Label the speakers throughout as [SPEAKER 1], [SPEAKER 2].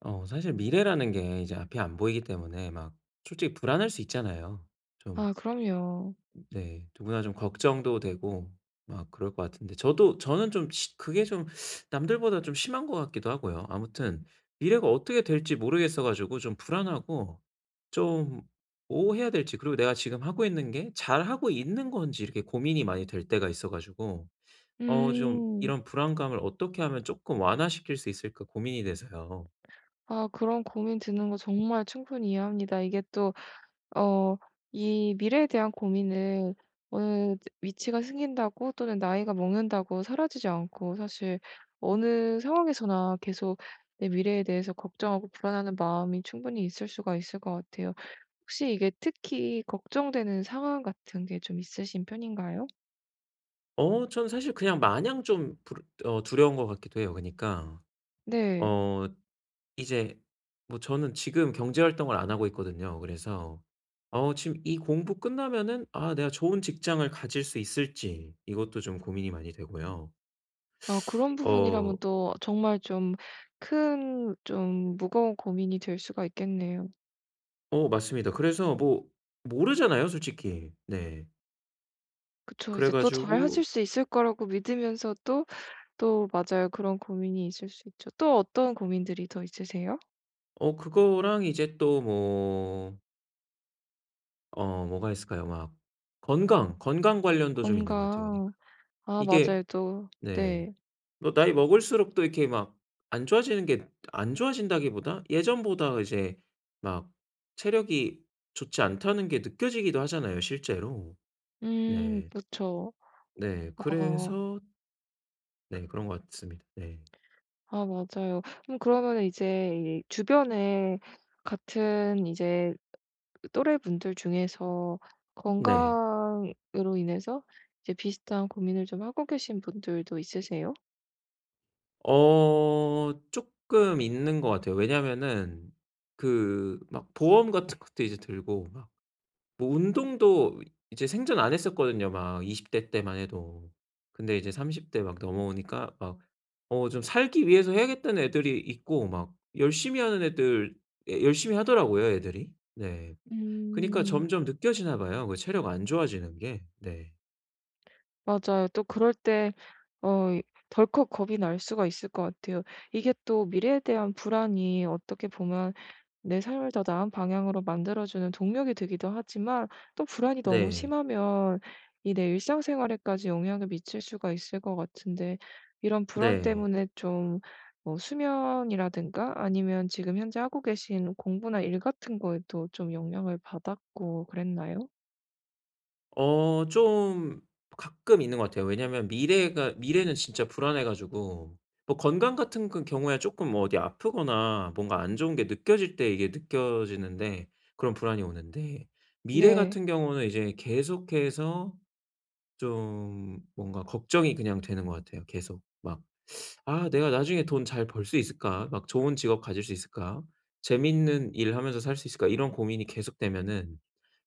[SPEAKER 1] 사실 미래라는 게 이제 앞이 안 보이기 때문에 솔직히 불안할 수 있잖아요. 좀.
[SPEAKER 2] 아 그럼요.
[SPEAKER 1] 네. 누구나 좀 걱정도 되고 막 그럴 것 같은데 저도 저는 좀 시 그게 좀 남들보다 좀 심한 것 같기도 하고요. 아무튼 미래가 어떻게 될지 모르겠어 가지고 좀 불안하고 좀 뭐 해야 될지, 그리고 내가 지금 하고 있는 게 잘하고 있는 건지 이렇게 고민이 많이 될 때가 있어 가지고 좀
[SPEAKER 2] 음.
[SPEAKER 1] 이런 불안감을 어떻게 하면 조금 완화시킬 수 있을까 고민이 돼서요.
[SPEAKER 2] 아 그런 고민 드는 거 정말 충분히 이해합니다. 이게 또 어 이 미래에 대한 고민은 어느 위치가 생긴다고, 또는 나이가 먹는다고 사라지지 않고, 사실 어느 상황에서나 계속 내 미래에 대해서 걱정하고 불안하는 마음이 충분히 있을 수가 있을 것 같아요. 혹시 이게 특히 걱정되는 상황 같은 게 좀 있으신 편인가요?
[SPEAKER 1] 저는 사실 그냥 마냥 좀 불 어 두려운 것 같기도 해요. 그니까
[SPEAKER 2] 네.
[SPEAKER 1] 어 이제 뭐 저는 지금 경제 활동을 안 하고 있거든요. 그래서 지금 이 공부 끝나면은 아 내가 좋은 직장을 가질 수 있을지 이것도 좀 고민이 많이 되고요.
[SPEAKER 2] 아, 그런 부분이라면
[SPEAKER 1] 어.
[SPEAKER 2] 또 정말 좀 큰, 좀 무거운 고민이 될 수가 있겠네요.
[SPEAKER 1] 어 맞습니다. 그래서 뭐 모르잖아요 솔직히. 네.
[SPEAKER 2] 그쵸.
[SPEAKER 1] 그래
[SPEAKER 2] 이제 또
[SPEAKER 1] 가지고
[SPEAKER 2] 잘하실 수 있을 거라고 믿으면서도, 또 맞아요. 그런 고민이 있을 수 있죠. 또 어떤 고민들이 더 있으세요?
[SPEAKER 1] 그거랑 이제 또 뭐 어 뭐가 있을까요? 막 건강 관련도 좀 있는 것 같아요. 그니까.
[SPEAKER 2] 건강. 아
[SPEAKER 1] 이게.
[SPEAKER 2] 맞아요. 또
[SPEAKER 1] 네.
[SPEAKER 2] 네.
[SPEAKER 1] 뭐 나이 먹을수록 또 이렇게 막 안 좋아지는 게, 안 좋아진다기보다 예전보다 이제 막 체력이 좋지 않다는 게 느껴지기도 하잖아요 실제로. 네.
[SPEAKER 2] 그쵸.
[SPEAKER 1] 네.
[SPEAKER 2] 아.
[SPEAKER 1] 그래서 네 그런 것 같습니다. 네.
[SPEAKER 2] 아 맞아요. 그럼 그러면 이제 이 주변에 같은 이제 또래분들 중에서
[SPEAKER 1] 네.
[SPEAKER 2] 건강으로 인해서 이제 비슷한 고민을 좀 하고 계신 분들도 있으세요?
[SPEAKER 1] 쪼끔 있는 것 같아요. 왜냐면은 그 막 보험 같은 것도 이제 들고 막 뭐 운동도 이제 생전 안 했었거든요 막 20대 때만 해도. 근데 이제 30 대 막 넘어오니까 막 좀 살기 위해서 해야겠다는 애들이 있고, 막 열심히 하는 애들, 예 열심히 하더라고요 애들이. 네. 그니까
[SPEAKER 2] 음.
[SPEAKER 1] 점점 느껴지나 봐요 그 체력 안 좋아지는 게. 네.
[SPEAKER 2] 맞아요. 또 그럴 때 이 덜컥 겁이 날 수가 있을 것 같아요. 이게 또 미래에 대한 불안이 어떻게 보면 내 삶을 더 나은 방향으로 만들어주는 동력이 되기도 하지만, 또 불안이 너무
[SPEAKER 1] 네.
[SPEAKER 2] 심하면 이 내 일상생활에까지 영향을 미칠 수가 있을 것 같은데, 이런 불안
[SPEAKER 1] 네.
[SPEAKER 2] 때문에 좀 뭐 수면이라든가, 아니면 지금 현재 하고 계신 공부나 일 같은 거에도 좀 영향을 받았고 그랬나요?
[SPEAKER 1] 좀 가끔 있는 것 같아요. 왜냐면 미래가 미래는 진짜 불안해 가지고 뭐 건강 같은 그 경우에 쪼끔 뭐 어디 아프거나 뭔가 안 좋은 게 느껴질 때 이게 느껴지는데, 그런 불안이 오는데 미래
[SPEAKER 2] 네.
[SPEAKER 1] 같은 경우는 이제 계속해서 좀 뭔가 걱정이 그냥 되는 것 같아요 계속. 막 '아 내가 나중에 돈 잘 벌 수 있을까? 막 좋은 직업 가질 수 있을까? 재밌는 일 하면서 살 수 있을까?' 이런 고민이 계속되면은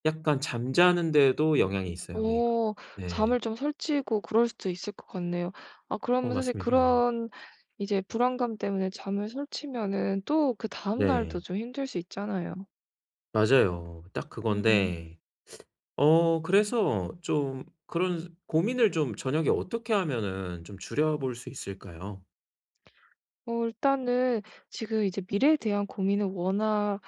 [SPEAKER 1] 약간 잠자는 데도 영향이 있어요 그니까.
[SPEAKER 2] 어
[SPEAKER 1] 네.
[SPEAKER 2] 잠을 좀 설치고 그럴 수도 있을 것 같네요. 아,
[SPEAKER 1] 어
[SPEAKER 2] 그러면 사실
[SPEAKER 1] 맞습니다.
[SPEAKER 2] 그런 이제 불안감 때문에 잠을 설치면은 또 그다음 날도
[SPEAKER 1] 네.
[SPEAKER 2] 좀 힘들 수 있잖아요.
[SPEAKER 1] 맞아요. 딱
[SPEAKER 2] 음.
[SPEAKER 1] 그건데 그래서 좀 그런 고민을 좀 저녁에 어떻게 하면은 좀 줄여 볼 수 있을까요?
[SPEAKER 2] 일단은 지금 이제 미래에 대한 고민은 워낙,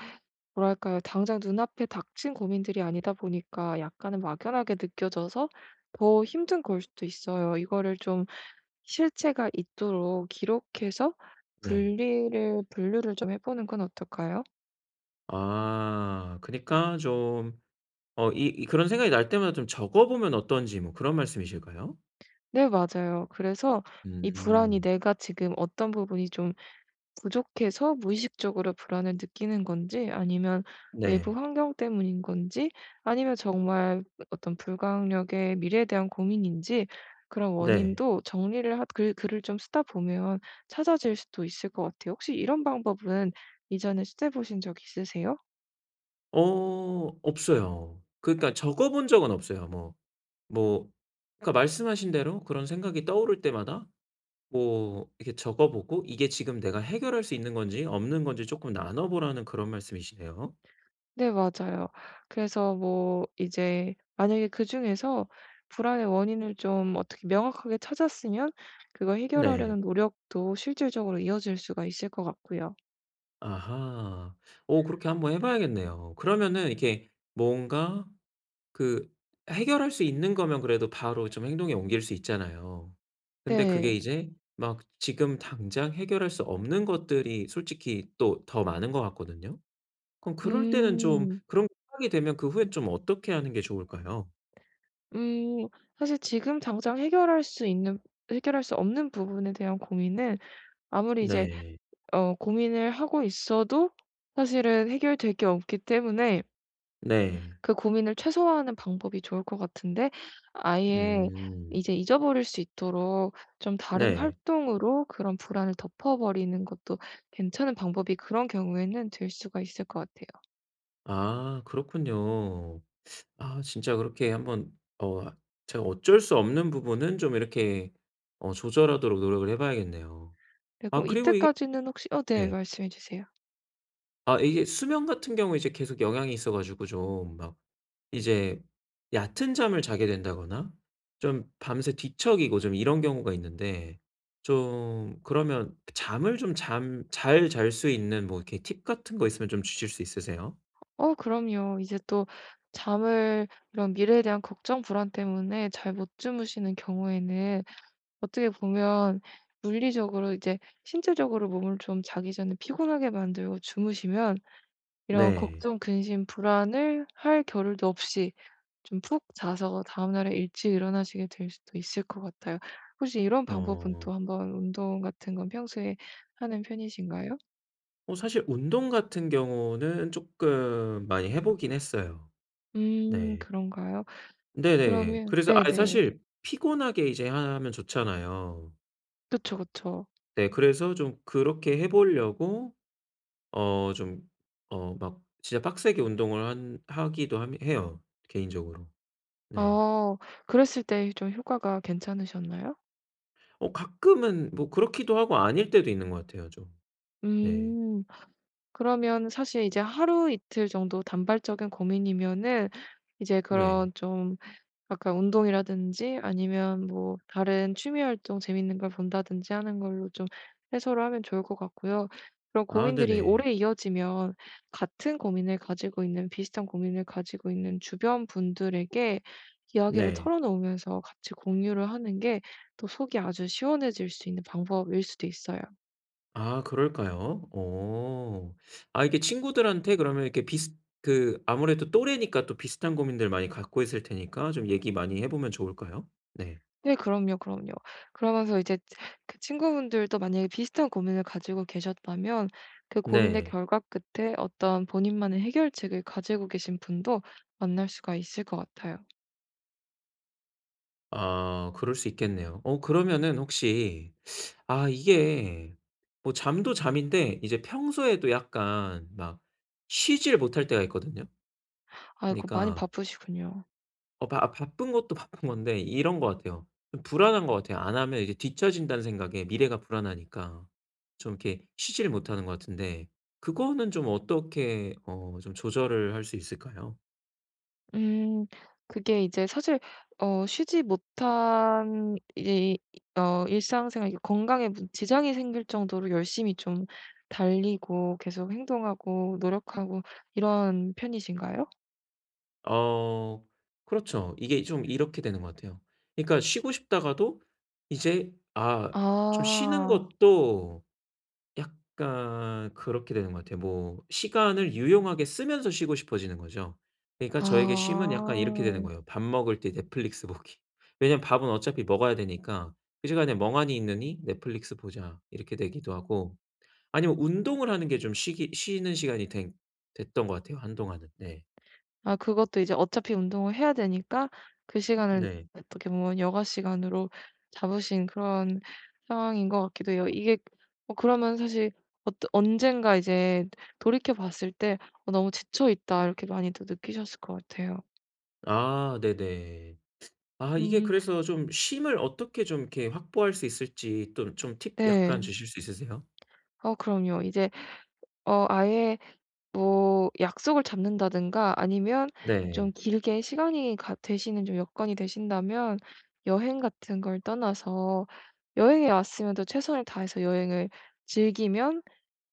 [SPEAKER 2] 뭐랄까요? 당장 눈앞에 닥친 고민들이 아니다 보니까 약간은 막연하게 느껴져서 더 힘든 걸 수도 있어요. 이거를 좀 실체가 있도록 기록해서
[SPEAKER 1] 네.
[SPEAKER 2] 분리를 분류를 좀 해 보는 건 어떨까요?
[SPEAKER 1] 아 그니까 좀 어 이 이 그런 생각이 날 때마다 좀 적어 보면 어떤지 뭐 그런 말씀이실까요?
[SPEAKER 2] 네, 맞아요. 그래서 이 불안이
[SPEAKER 1] 음.
[SPEAKER 2] 내가 지금 어떤 부분이 좀 부족해서 무의식적으로 불안을 느끼는 건지, 아니면 외부
[SPEAKER 1] 네.
[SPEAKER 2] 환경 때문인 건지, 아니면 정말 어떤 불가항력의 미래에 대한 고민인지, 그런
[SPEAKER 1] 네.
[SPEAKER 2] 원인도 정리를 글을 좀 쓰다 보면 찾아질 수도 있을 것 같아요. 혹시 이런 방법은 이전에 시도해 보신 적 있으세요?
[SPEAKER 1] 없어요. 그러니까 적어 본 적은 없어요. 뭐 그러니까 말씀하신 대로 그런 생각이 떠오를 때마다 뭐 이렇게 적어 보고, 이게 지금 내가 해결할 수 있는 건지 없는 건지 쪼끔 나눠 보라는 그런 말씀이시네요.
[SPEAKER 2] 네, 맞아요. 그래서 뭐 이제 만약에 그중에서 불안의 원인을 좀 어떻게 명확하게 찾았으면 그걸
[SPEAKER 1] 네.
[SPEAKER 2] 해결하려는 노력도 실질적으로 이어질 수가 있을 것 같고요.
[SPEAKER 1] 아하. 그렇게 한번 해 봐야겠네요. 그러면은 이렇게 뭔가 그 해결할 수 있는 거면 그래도 바로 좀 행동에 옮길 수 있잖아요. 근데 그게
[SPEAKER 2] 네.
[SPEAKER 1] 이제 막 지금 당장 해결할 수 없는 것들이 솔직히 또 더 많은 것 같거든요. 그럼 그럴 때는 좀
[SPEAKER 2] 음.
[SPEAKER 1] 그런 게 파악이 되면 그 후에 좀 어떻게 하는 게 좋을까요?
[SPEAKER 2] 음. 사실 지금 당장 해결할 수 없는 부분에 대한 고민은 아무리 이제
[SPEAKER 1] 네.
[SPEAKER 2] 고민을 하고 있어도 사실은 해결될 게 없기 때문에,
[SPEAKER 1] 네.
[SPEAKER 2] 그 고민을 최소화하는 방법이 좋을 것 같은데, 아예
[SPEAKER 1] 음.
[SPEAKER 2] 이제 잊어버릴 수 있도록 좀 다른
[SPEAKER 1] 네.
[SPEAKER 2] 활동으로 그런 불안을 덮어버리는 것도 괜찮은 방법이 그런 경우에는 될 수가 있을 것 같아요.
[SPEAKER 1] 아 그렇군요. 아 진짜 그렇게 한번 어 제가 어쩔 수 없는 부분은 좀 이렇게 조절하도록 노력을 해 봐야겠네요.
[SPEAKER 2] 네,
[SPEAKER 1] 아
[SPEAKER 2] 그럼
[SPEAKER 1] 그리고 이게
[SPEAKER 2] 이때까지는 혹시, 네
[SPEAKER 1] 네.
[SPEAKER 2] 말씀해 주세요.
[SPEAKER 1] 아 이게 수면 같은 경우에 이제 계속 영향이 있어 가지고 좀 막 이제 얕은 잠을 자게 된다거나 좀 밤새 뒤척이고 좀 이런 경우가 있는데, 좀 그러면 잠을 좀 잠 잘 잘 수 있는 뭐 이렇게 팁 같은 거 있으면 좀 주실 수 있으세요?
[SPEAKER 2] 그럼요. 이제 또 잠을 이런 미래에 대한 걱정, 불안 때문에 잘 못 주무시는 경우에는, 어떻게 보면 물리적으로 이제 신체적으로 몸을 좀 자기 전에 피곤하게 만들고 주무시면 이런
[SPEAKER 1] 네.
[SPEAKER 2] 걱정, 근심, 불안을 할 겨를도 없이 좀 푹 자서 다음날에 일찍 일어나시게 될 수도 있을 것 같아요. 혹시 이런 방법은
[SPEAKER 1] 어.
[SPEAKER 2] 또 한번, 운동 같은 건 평소에 하는 편이신가요?
[SPEAKER 1] 사실 운동 같은 경우는 쪼끔 많이 해 보긴 했어요. 네.
[SPEAKER 2] 그런가요?
[SPEAKER 1] 네네.
[SPEAKER 2] 그러면
[SPEAKER 1] 그래서 아
[SPEAKER 2] 네네.
[SPEAKER 1] 사실 피곤하게 이제 하면 좋잖아요.
[SPEAKER 2] 그쵸, 그쵸.
[SPEAKER 1] 네. 그래서 좀 그렇게 해 보려고 어 좀 막 진짜 빡세게 운동을 한 하기도 함 해요, 개인적으로. 네.
[SPEAKER 2] 아, 그랬을 때 좀 효과가 괜찮으셨나요?
[SPEAKER 1] 가끔은 뭐 그렇기도 하고 아닐 때도 있는 것 같아요 좀. 네.
[SPEAKER 2] 음 그러면 사실 이제 하루 이틀 정도 단발적인 고민이면은 이제
[SPEAKER 1] 네.
[SPEAKER 2] 그런 좀, 아까 운동이라든지 아니면 뭐 다른 취미 활동, 재밌는 걸 본다든지 하는 걸로 좀 해소를 하면 좋을 것 같고요. 그런
[SPEAKER 1] 아
[SPEAKER 2] 고민들이
[SPEAKER 1] 네네.
[SPEAKER 2] 오래 이어지면 같은 고민을 가지고 있는 비슷한 고민을 가지고 있는 주변 분들에게 이야기를
[SPEAKER 1] 네.
[SPEAKER 2] 털어놓으면서 같이 공유를 하는 게 또 속이 아주 시원해질 수 있는 방법일 수도 있어요.
[SPEAKER 1] 아 그럴까요? 어. 아 이게 친구들한테 그러면 이렇게 비슷 그 아무래도 또래니까 또 비슷한 고민들 많이 갖고 있을 테니까 좀 얘기 많이 해 보면 좋을까요? 네.
[SPEAKER 2] 네, 그럼요, 그럼요. 그러면서 이제 그 친구분들도 만약에 비슷한 고민을 가지고 계셨다면 그 고민의
[SPEAKER 1] 네.
[SPEAKER 2] 결과 끝에 어떤 본인만의 해결책을 가지고 계신 분도 만날 수가 있을 것 같아요.
[SPEAKER 1] 아 그럴 수 있겠네요. 어 그러면은 혹시 아 이게 뭐 잠도 잠인데 이제 평소에도 약간 막 쉬질 못할 때가 있거든요.
[SPEAKER 2] 아이고, 많이
[SPEAKER 1] 그니까
[SPEAKER 2] 바쁘시군요.
[SPEAKER 1] 바쁜 것도 바쁜 건데 이런 것 같아요. 좀 불안한 것 같아요. 안 하면 이제 뒤처진다는 생각에 미래가 불안하니까 좀 이렇게 쉬질 못하는 것 같은데, 그거는 좀 어떻게 좀 조절을 할 수 있을까요?
[SPEAKER 2] 음 그게 이제 사실, 쉬지 못한 이 일상생활, 이게 건강에 지장이 생길 정도로 열심히 좀 달리고 계속 행동하고 노력하고 이런 편이신가요?
[SPEAKER 1] 어 그렇죠. 이게 좀 이렇게 되는 것 같아요. 그러니까 쉬고 싶다가도 이제 아 좀 쉬는
[SPEAKER 2] 아.
[SPEAKER 1] 것도 약간 그렇게 되는 것 같아요. 뭐 시간을 유용하게 쓰면서 쉬고 싶어지는 거죠. 그러니까 저에게 쉼은 약간 이렇게 되는
[SPEAKER 2] 아.
[SPEAKER 1] 거예요. 밥 먹을 때 넷플릭스 보기. 왜냐면 밥은 어차피 먹어야 되니까 그 시간에 멍하니 있느니 넷플릭스 보자 이렇게 되기도 하고, 아니면 운동을 하는 게 좀 쉬기 쉬는 시간이 된 됐던 것 같아요 한동안은. 네.
[SPEAKER 2] 아, 그것도 이제 어차피 운동을 해야 되니까 그 시간을
[SPEAKER 1] 네.
[SPEAKER 2] 어떻게 보면 여가 시간으로 잡으신 그런 상황인 것 같기도 해요. 이게 그러면 사실 어떠 언젠가 이제 돌이켜 봤을 때 '어, 너무 지쳐 있다.' 이렇게 많이 도 느끼셨을 것 같아요.
[SPEAKER 1] 아 네네. 아 이게
[SPEAKER 2] 음
[SPEAKER 1] 그래서 좀 쉼을 어떻게 좀 이렇게 확보할 수 있을지 또 좀 팁 약간
[SPEAKER 2] 네.
[SPEAKER 1] 주실 수 있으세요?
[SPEAKER 2] 그럼요. 이제 아예 뭐 약속을 잡는다든가, 아니면 좀
[SPEAKER 1] 네.
[SPEAKER 2] 길게 시간이 가 되시는, 좀 여건이 되신다면 여행 같은 걸 떠나서 여행에 왔으면 또 최선을 다해서 여행을 즐기면,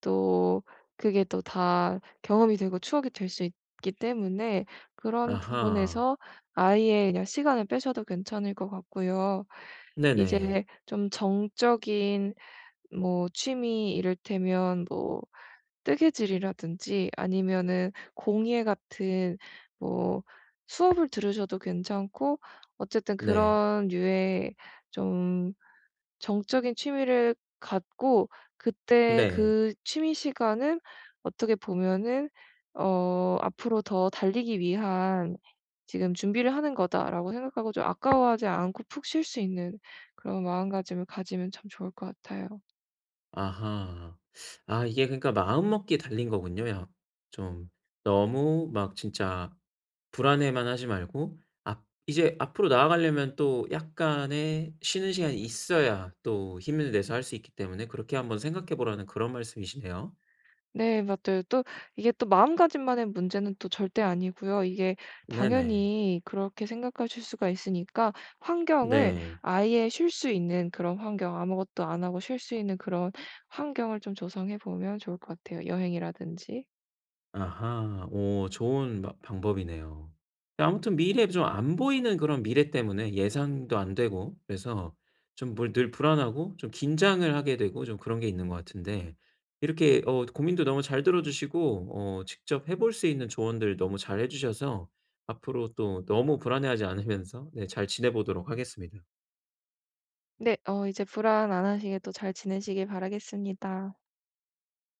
[SPEAKER 2] 또 그게 또 다 경험이 되고 추억이 될 수 있기 때문에 그런
[SPEAKER 1] 아하.
[SPEAKER 2] 부분에서 아예 그냥 시간을 빼셔도 괜찮을 것 같고요.
[SPEAKER 1] 네네.
[SPEAKER 2] 이제 좀 정적인 뭐 취미, 이를테면 뭐 뜨개질이라든지 아니면은 공예 같은 뭐 수업을 들으셔도 괜찮고, 어쨌든
[SPEAKER 1] 네.
[SPEAKER 2] 그런 유의 좀 정적인 취미를 갖고 그때
[SPEAKER 1] 네.
[SPEAKER 2] 그 취미 시간은 어떻게 보면은 '앞으로 더 달리기 위한 지금 준비를 하는 거다.'라고 생각하고 좀 아까워하지 않고 푹 쉴 수 있는 그런 마음가짐을 가지면 참 좋을 것 같아요.
[SPEAKER 1] 아하. 아 이게 그러니까 마음먹기에 달린 거군요. 야, 좀 너무 막 진짜 불안해만 하지 말고 앞 이제 앞으로 나아가려면 또 약간의 쉬는 시간이 있어야 또 힘을 내서 할 수 있기 때문에 그렇게 한번 생각해 보라는 그런 말씀이시네요.
[SPEAKER 2] 네 맞아요. 또 이게 또 마음가짐만의 문제는 또 절대 아니고요. 이게
[SPEAKER 1] 네네.
[SPEAKER 2] 당연히 그렇게 생각하실 수가 있으니까 환경을
[SPEAKER 1] 네.
[SPEAKER 2] 아예 쉴 수 있는 그런 환경, 아무것도 안 하고 쉴 수 있는 그런 환경을 좀 조성해 보면 좋을 것 같아요, 여행이라든지.
[SPEAKER 1] 아하. 오 좋은 마 방법이네요. 아무튼 미래, 좀 안 보이는 그런 미래 때문에 예상도 안 되고, 그래서 좀 뭘 늘 불안하고 좀 긴장을 하게 되고 좀 그런 게 있는 것 같은데, 이렇게 고민도 너무 잘 들어 주시고 직접 해볼 수 있는 조언들 너무 잘해 주셔서 앞으로 또 너무 불안해하지 않으면서, 네, 잘 지내보도록 하겠습니다.
[SPEAKER 2] 네. 이제 불안 안 하시게 또 잘 지내시길 바라겠습니다.